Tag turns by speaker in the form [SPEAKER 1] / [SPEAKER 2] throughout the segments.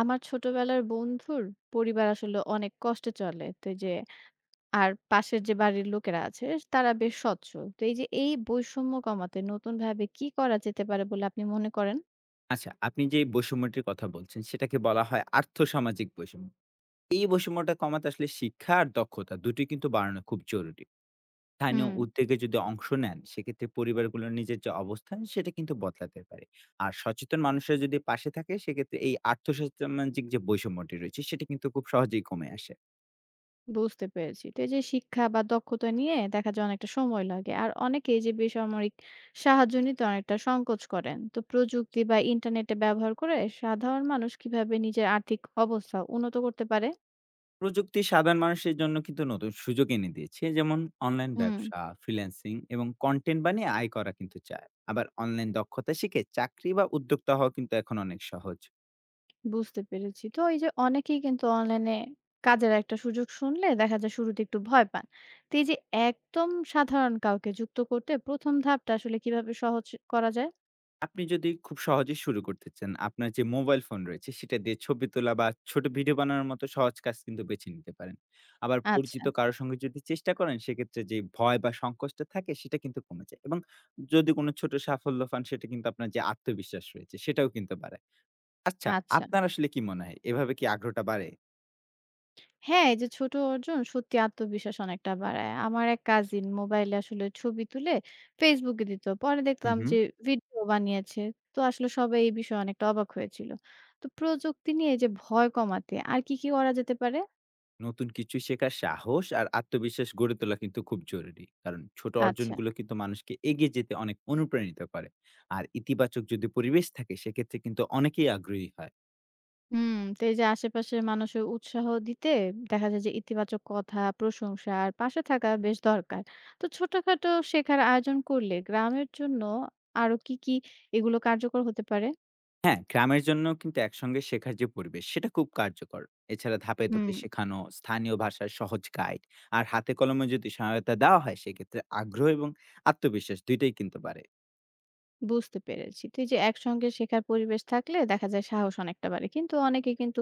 [SPEAKER 1] আমার ছোটবেলার বন্ধুর পরিবার আসলে অনেক কষ্টে চলে। তো এই যে আর পাশের যে বাড়ির লোকেরা আছে তারা বেশ সচ্ছল। তো এই যে এই বৈষম্য কমাতে নতুনভাবে কি করা যেতে পারে বলে আপনি মনে করেন?
[SPEAKER 2] আচ্ছা, আপনি যে বৈষম্যটির কথা বলছেন সেটাকে বলা হয় আর্থসামাজিক বৈষম্য। এই বৈষম্যটা কমাতে আসলে শিক্ষা আর দক্ষতা দুটোই কিন্তু বাড়ানো খুব জরুরি। স্থানীয়
[SPEAKER 1] হুম।
[SPEAKER 2] উদ্যোগে যদি অংশ নেন সেক্ষেত্রে পরিবারগুলোর নিজের যে অবস্থান সেটা কিন্তু বদলাতে পারে। আর সচেতন মানুষরা যদি পাশে থাকে সেক্ষেত্রে এই আর্থসামাজিক যে বৈষম্যটি রয়েছে সেটা কিন্তু খুব সহজেই কমে আসে।
[SPEAKER 1] বুঝতে পেরেছি। তো এই যে শিক্ষা বা দক্ষতা নিয়ে দেখা যায় অনেকটা সময় লাগে। আর অনেকে এই যে বেসামরিক সাহায্য নিতে অনেকটা সংকোচ করেন। তো প্রযুক্তি বা ইন্টারনেটে ব্যবহার করে সাধারণ মানুষ কিভাবে নিজের আর্থিক অবস্থা উন্নত করতে পারে?
[SPEAKER 2] প্রযুক্তি সাধারণ মানুষের জন্য কিন্তু নতুন সুযোগ এনে দিয়েছে, যেমন অনলাইন
[SPEAKER 1] হুম,
[SPEAKER 2] ব্যবসা, ফ্রিল্যান্সিং এবং কন্টেন্ট বানিয়ে আয় করা কিন্তু চায়। আবার অনলাইন দক্ষতা শিখে চাকরি বা উদ্যোক্তা হওয়া কিন্তু এখন অনেক সহজ।
[SPEAKER 1] বুঝতে পেরেছি। তো এই যে অনেকেই কিন্তু অনলাইনে কাজের একটা সুযোগ শুনলে দেখা যায় শুরুতে একটু ভয় পান। তো এই যে একদম সাধারণ কাউকে যুক্ত করতে ১ম ধাপটা আসলে কিভাবে সহজ করা যায়?
[SPEAKER 2] আপনি যদি খুব সহজে শুরু করতে চান, আপনার যে মোবাইল ফোন রয়েছে সেটা দিয়ে ছবি তোলা বা ছোট ভিডিও বানানোর মতো সহজ কাজ কিন্তু বেছে নিতে পারেন। আবার
[SPEAKER 1] আচ্ছা,
[SPEAKER 2] পরিচিত কারোর সঙ্গে যদি চেষ্টা করেন সেক্ষেত্রে যে ভয় বা সংকোচটা থাকে সেটা কিন্তু কমে যায়, এবং যদি কোনো ছোট সাফল্য পান সেটা কিন্তু আপনার যে আত্মবিশ্বাস রয়েছে সেটাও কিন্তু বাড়ে। আচ্ছা,
[SPEAKER 1] আচ্ছা।
[SPEAKER 2] আপনার আসলে কি মনে হয়? এভাবে কি আগ্রহটা বাড়ে?
[SPEAKER 1] হ্যাঁ, এই যে ছোট অর্জন সত্যি আত্মবিশ্বাস অনেকটা বাড়ায়। আমার এক কাজিন মোবাইলে আসলে ছবি তুলে Facebook এ দিত। পরে
[SPEAKER 2] হু,
[SPEAKER 1] দেখলাম
[SPEAKER 2] হু।
[SPEAKER 1] যে ভিডিও বানিয়েছে। তো আসলে সবাই এই বিষয়ে অনেকটা অবাক হয়েছিল। তো প্রযুক্তি নিয়ে এই যে ভয় কমাতে আর কি, কি করা যেতে পারে?
[SPEAKER 2] নতুন কিছু শেখার সাহস আর আত্মবিশ্বাস গড়ে তোলা কিন্তু খুব জরুরি। কারণ ছোট
[SPEAKER 1] আচ্ছা।
[SPEAKER 2] অর্জনগুলো কিন্তু মানুষকে এগিয়ে যেতে অনেক অনুপ্রাণিত করে। আর ইতিবাচক যদি পরিবেশ থাকে সেক্ষেত্রে কিন্তু অনেকেই আগ্রহী হয়।
[SPEAKER 1] হুম, তো এই যে আশেপাশের মানুষের উৎসাহ দিতে দেখা যায় যে ইতিবাচক কথা, প্রশংসা আর পাশে থাকা বেশ দরকার। তো ছোটখাটো শেখার আয়োজন করলে গ্রামের জন্য আরো কি, কি এগুলো কার্যকর হতে পারে?
[SPEAKER 2] হ্যাঁ, গ্রামের জন্য কিন্তু একসঙ্গে শেখার যে পরিবেশ সেটা খুব কার্যকর। এছাড়া ধাপে, ধাপে
[SPEAKER 1] হুম,
[SPEAKER 2] শেখানো, স্থানীয় ভাষার সহজ গাইড আর হাতে কলমে যদি সহায়তা দেওয়া হয় সেক্ষেত্রে আগ্রহ এবং আত্মবিশ্বাস ২ টাই কিন্তু বাড়ে।
[SPEAKER 1] বুঝতে পেরেছি। তো এই যে একসঙ্গে শেখার পরিবেশ থাকলে দেখা যায় সাহস অনেকটা বাড়ে। কিন্তু অনেকে কিন্তু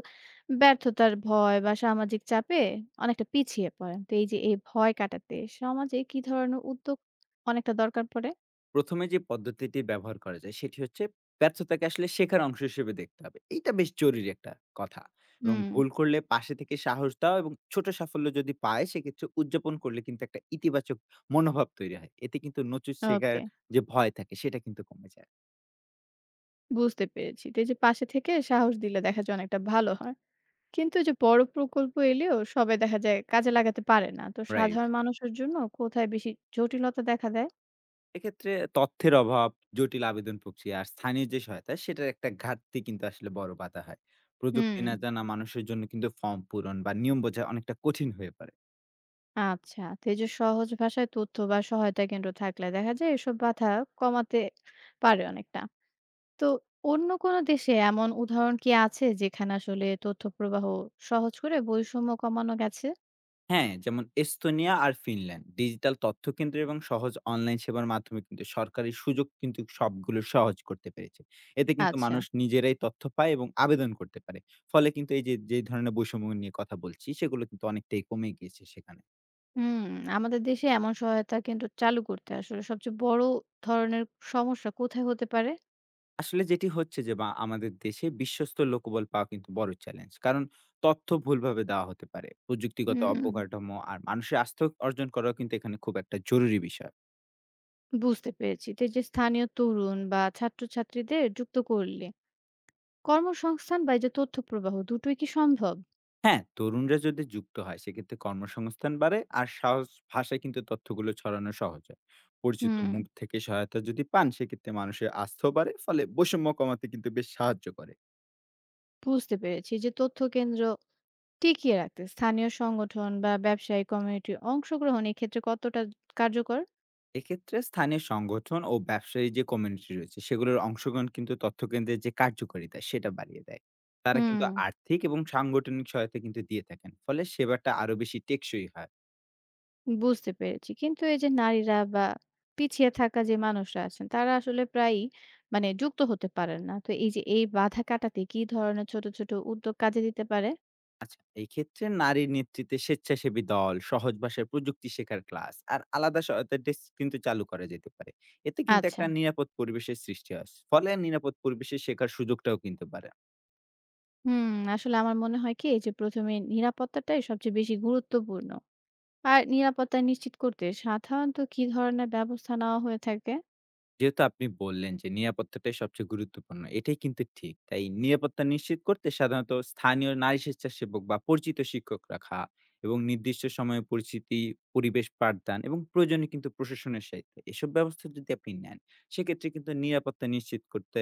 [SPEAKER 1] ব্যর্থতার ভয় বা সামাজিক চাপে অনেকটা পিছিয়ে পড়েন। তো এই যে এই ভয় কাটাতে সমাজে কি ধরনের উদ্যোগ অনেকটা দরকার পড়ে?
[SPEAKER 2] ১ম এ যে পদ্ধতিটি ব্যবহার করা যায় সেটি হচ্ছে ব্যর্থতাকে আসলে শেখার অংশ হিসেবে দেখতে হবে। এইটা বেশ জরুরি একটা কথা। এবং
[SPEAKER 1] হুম,
[SPEAKER 2] ভুল করলে পাশে থেকে সাহস দাও এবং ছোট সাফল্য যদি পায় সেক্ষেত্রে উদযাপন করলে কিন্তু একটা ইতিবাচক মনোভাব তৈরি হয়। এতে কিন্তু নতুন শেখার
[SPEAKER 1] ওকে।
[SPEAKER 2] যে ভয় থাকে সেটা কিন্তু কমে যায়।
[SPEAKER 1] বুঝতে পেরেছি। তো এই যে পাশে থেকে সাহস দিলে দেখা যায় অনেকটা ভালো হয়। কিন্তু এই যে বড় প্রকল্প এলেও সবাই দেখা যায় কাজে লাগাতে পারে না। তো
[SPEAKER 2] রাইট।
[SPEAKER 1] সাধারণ মানুষের জন্য কোথায় বেশি জটিলতা দেখা দেয়?
[SPEAKER 2] এক্ষেত্রে তথ্যের অভাব, জটিল আবেদন প্রক্রিয়া আর স্থানীয় যে সহায়তা সেটার একটা ঘাটতি কিন্তু আসলে বড় বাধা হয়।
[SPEAKER 1] হুম,
[SPEAKER 2] প্রযুক্তি না জানা মানুষের জন্য কিন্তু ফর্ম পূরণ বা নিয়ম বোঝা অনেকটা কঠিন হয়ে পড়ে।
[SPEAKER 1] আচ্ছা। তো এই যে সহজ ভাষায় তথ্য বা সহায়তা কেন্দ্র থাকলে দেখা যায় এসব বাধা কমাতে পারে অনেকটা। তো অন্য কোনো দেশে এমন উদাহরণ কি আছে যেখানে আসলে তথ্য প্রবাহ সহজ করে বৈষম্য কমানো গেছে?
[SPEAKER 2] হ্যাঁ, যেমন এস্তোনিয়া আর ফিনল্যান্ড ডিজিটাল তথ্যকেন্দ্র এবং সহজ অনলাইন সেবার মাধ্যমে কিন্তু সরকারি সুযোগ কিন্তু সবগুলো সহজ করতে পেরেছে। এতে কিন্তু
[SPEAKER 1] আচ্ছা।
[SPEAKER 2] মানুষ নিজেরাই তথ্য পায় এবং আবেদন করতে পারে। ফলে কিন্তু এই যে, যে ধরনের বৈষম্য নিয়ে কথা বলছি, সেগুলো কিন্তু অনেকটাই কমে গিয়েছে সেখানে।
[SPEAKER 1] হুম, আমাদের দেশে এমন সহায়তা কিন্তু চালু করতে আসলে সবচেয়ে বড় ধরনের সমস্যা কোথায় হতে পারে?
[SPEAKER 2] আসলে যেটি হচ্ছে যে বা আমাদের দেশে বিশ্বস্ত লোকবল পাওয়া কিন্তু বড় চ্যালেঞ্জ। কারণ তথ্য ভুলভাবে দেওয়া হতে পারে। প্রযুক্তিগত
[SPEAKER 1] হুম,
[SPEAKER 2] অবকাঠামো আর মানুষের আস্থা অর্জন করাও কিন্তু এখানে খুব একটা জরুরি বিষয়।
[SPEAKER 1] বুঝতে পেরেছি। তো এই যে স্থানীয় তরুণ বা ছাত্রছাত্রীদের যুক্ত করলে কর্মসংস্থান বা এই যে তথ্য প্রবাহ দুটোই কি সম্ভব?
[SPEAKER 2] হ্যাঁ, তরুণরা যদি যুক্ত হয় সেক্ষেত্রে কর্মসংস্থান বাড়ে আর সহজ ভাষায় কিন্তু তথ্যগুলো ছড়ানো সহজ হয়। পরিচিত
[SPEAKER 1] হুম,
[SPEAKER 2] মুখ থেকে সহায়তা যদি পান সেক্ষেত্রে মানুষের আস্থাও বাড়ে, ফলে বৈষম্য কমাতে কিন্তু বেশ সাহায্য করে।
[SPEAKER 1] বুঝতে পেরেছি। এই যে তথ্য কেন্দ্র টিকিয়ে রাখতে স্থানীয় সংগঠন বা ব্যবসায়ী কমিউনিটির অংশগ্রহণ এক্ষেত্রে কতটা কার্যকর?
[SPEAKER 2] এক্ষেত্রে স্থানীয় সংগঠন ও ব্যবসায়ী যে কমিউনিটি রয়েছে সেগুলোর অংশগ্রহণ কিন্তু তথ্যকেন্দ্রের যে কার্যকারিতা সেটা বাড়িয়ে দেয়। তারা
[SPEAKER 1] হুম।
[SPEAKER 2] কিন্তু আর্থিক এবং সাংগঠনিক সহায়তা কিন্তু দিয়ে থাকেন। ফলে সেবাটা আরো বেশি টেকসই হয়।
[SPEAKER 1] বুঝতে পেরেছি। কিন্তু এই যে নারীরা বা পিছিয়ে থাকা যে মানুষরা আছেন তারা আসলে প্রায়ই মানে যুক্ত হতে পারেন না। তো এই যে এই বাধা কাটাতে কি ধরনের ছোট, ছোট উদ্যোগ কাজে দিতে পারে?
[SPEAKER 2] আচ্ছা, এই ক্ষেত্রে নারীর নেতৃত্বে স্বেচ্ছাসেবী দল, সহজ ভাষায় প্রযুক্তি শেখার ক্লাস আর আলাদা সহায়তা ডেস্ক কিন্তু চালু করা যেতে পারে। এতে কিন্তু
[SPEAKER 1] আচ্ছা।
[SPEAKER 2] একটা নিরাপদ পরিবেশের সৃষ্টি হয়। ফলে নিরাপদ পরিবেশে শেখার সুযোগটাও কিন্তু বাড়ে।
[SPEAKER 1] হুম, আসলে আমার মনে হয় কি এই যে ১ম এ নিরাপত্তাটাই সবচেয়ে বেশি গুরুত্বপূর্ণ। আর নিরাপত্তা নিশ্চিত করতে সাধারণত কি ধরনের ব্যবস্থা নেওয়া হয়ে থাকে?
[SPEAKER 2] যেহেতু আপনি বললেন যে নিরাপত্তাটাই সবচেয়ে গুরুত্বপূর্ণ, এটাই কিন্তু ঠিক। তাই নিরাপত্তা নিশ্চিত করতে সাধারণত স্থানীয় নারী স্বেচ্ছাসেবক বা পরিচিত শিক্ষক রাখা এবং নির্দিষ্ট সময়ে পরিচিতি, পরিবেশ পাঠদান এবং প্রয়োজনে কিন্তু প্রশাসনের সাথে এসব ব্যবস্থা যদি আপনি নেন, সেক্ষেত্রে কিন্তু নিরাপত্তা নিশ্চিত করতে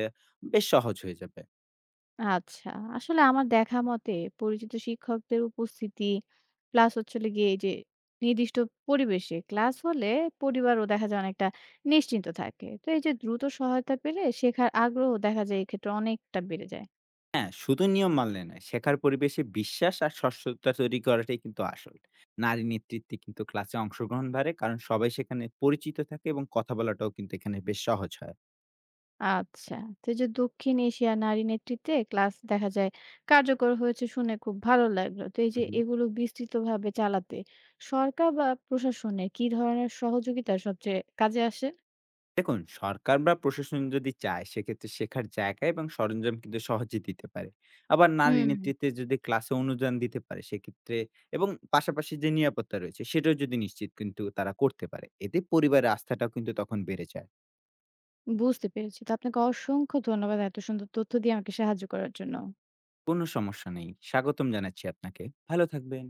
[SPEAKER 2] বেশ সহজ হয়ে যাবে।
[SPEAKER 1] আচ্ছা। আসলে আমার দেখা মতে পরিচিত শিক্ষকদের উপস্থিতি প্লাস হচ্ছে হলো গিয়ে এই যে নির্দিষ্ট পরিবেশে ক্লাস হলে পরিবারও দেখা যায় অনেকটা নিশ্চিন্ত থাকে। তো এই যে দ্রুত সহায়তা পেলে শেখার আগ্রহ দেখা যায় এক্ষেত্রে অনেকটা বেড়ে যায়।
[SPEAKER 2] হ্যাঁ, শুধু নিয়ম মানলে নয়, শেখার পরিবেশে বিশ্বাস আর স্বচ্ছতা তৈরি করাটাই কিন্তু আসল। নারী নেতৃত্বে কিন্তু ক্লাসে অংশগ্রহণ বাড়ে, কারণ সবাই সেখানে পরিচিত থাকে এবং কথা বলাটাও কিন্তু এখানে বেশ সহজ হয়।
[SPEAKER 1] আচ্ছা। তো এই যে দক্ষিণ এশিয়া নারী নেতৃত্বে ক্লাস দেখা যায় কার্যকর হয়েছে শুনে খুব ভালো লাগলো। তো এই যে
[SPEAKER 2] উহু।
[SPEAKER 1] এগুলো বিস্তৃতভাবে চালাতে সরকার বা প্রশাসনের কি ধরনের সহযোগিতা সবচেয়ে কাজে আসে?
[SPEAKER 2] দেখুন সরকার বা প্রশাসন যদি চায় সেক্ষেত্রে শেখার জায়গা এবং সরঞ্জাম কিন্তু সহজে দিতে পারে। আবার নারী
[SPEAKER 1] হুম।
[SPEAKER 2] নেতৃত্বে যদি ক্লাসে অনুদান দিতে পারে সেক্ষেত্রে এবং পাশাপাশি যে নিরাপত্তা রয়েছে সেটাও যদি নিশ্চিত কিন্তু তারা করতে পারে। এতে পরিবারের আস্থাটাও কিন্তু তখন বেড়ে যায়।
[SPEAKER 1] বুঝতে পেরেছি। তো আপনাকে অসংখ্য ধন্যবাদ এত সুন্দর তথ্য দিয়ে আমাকে সাহায্য করার জন্য।
[SPEAKER 2] কোনো সমস্যা নেই। স্বাগতম জানাচ্ছি আপনাকে। ভালো থাকবেন।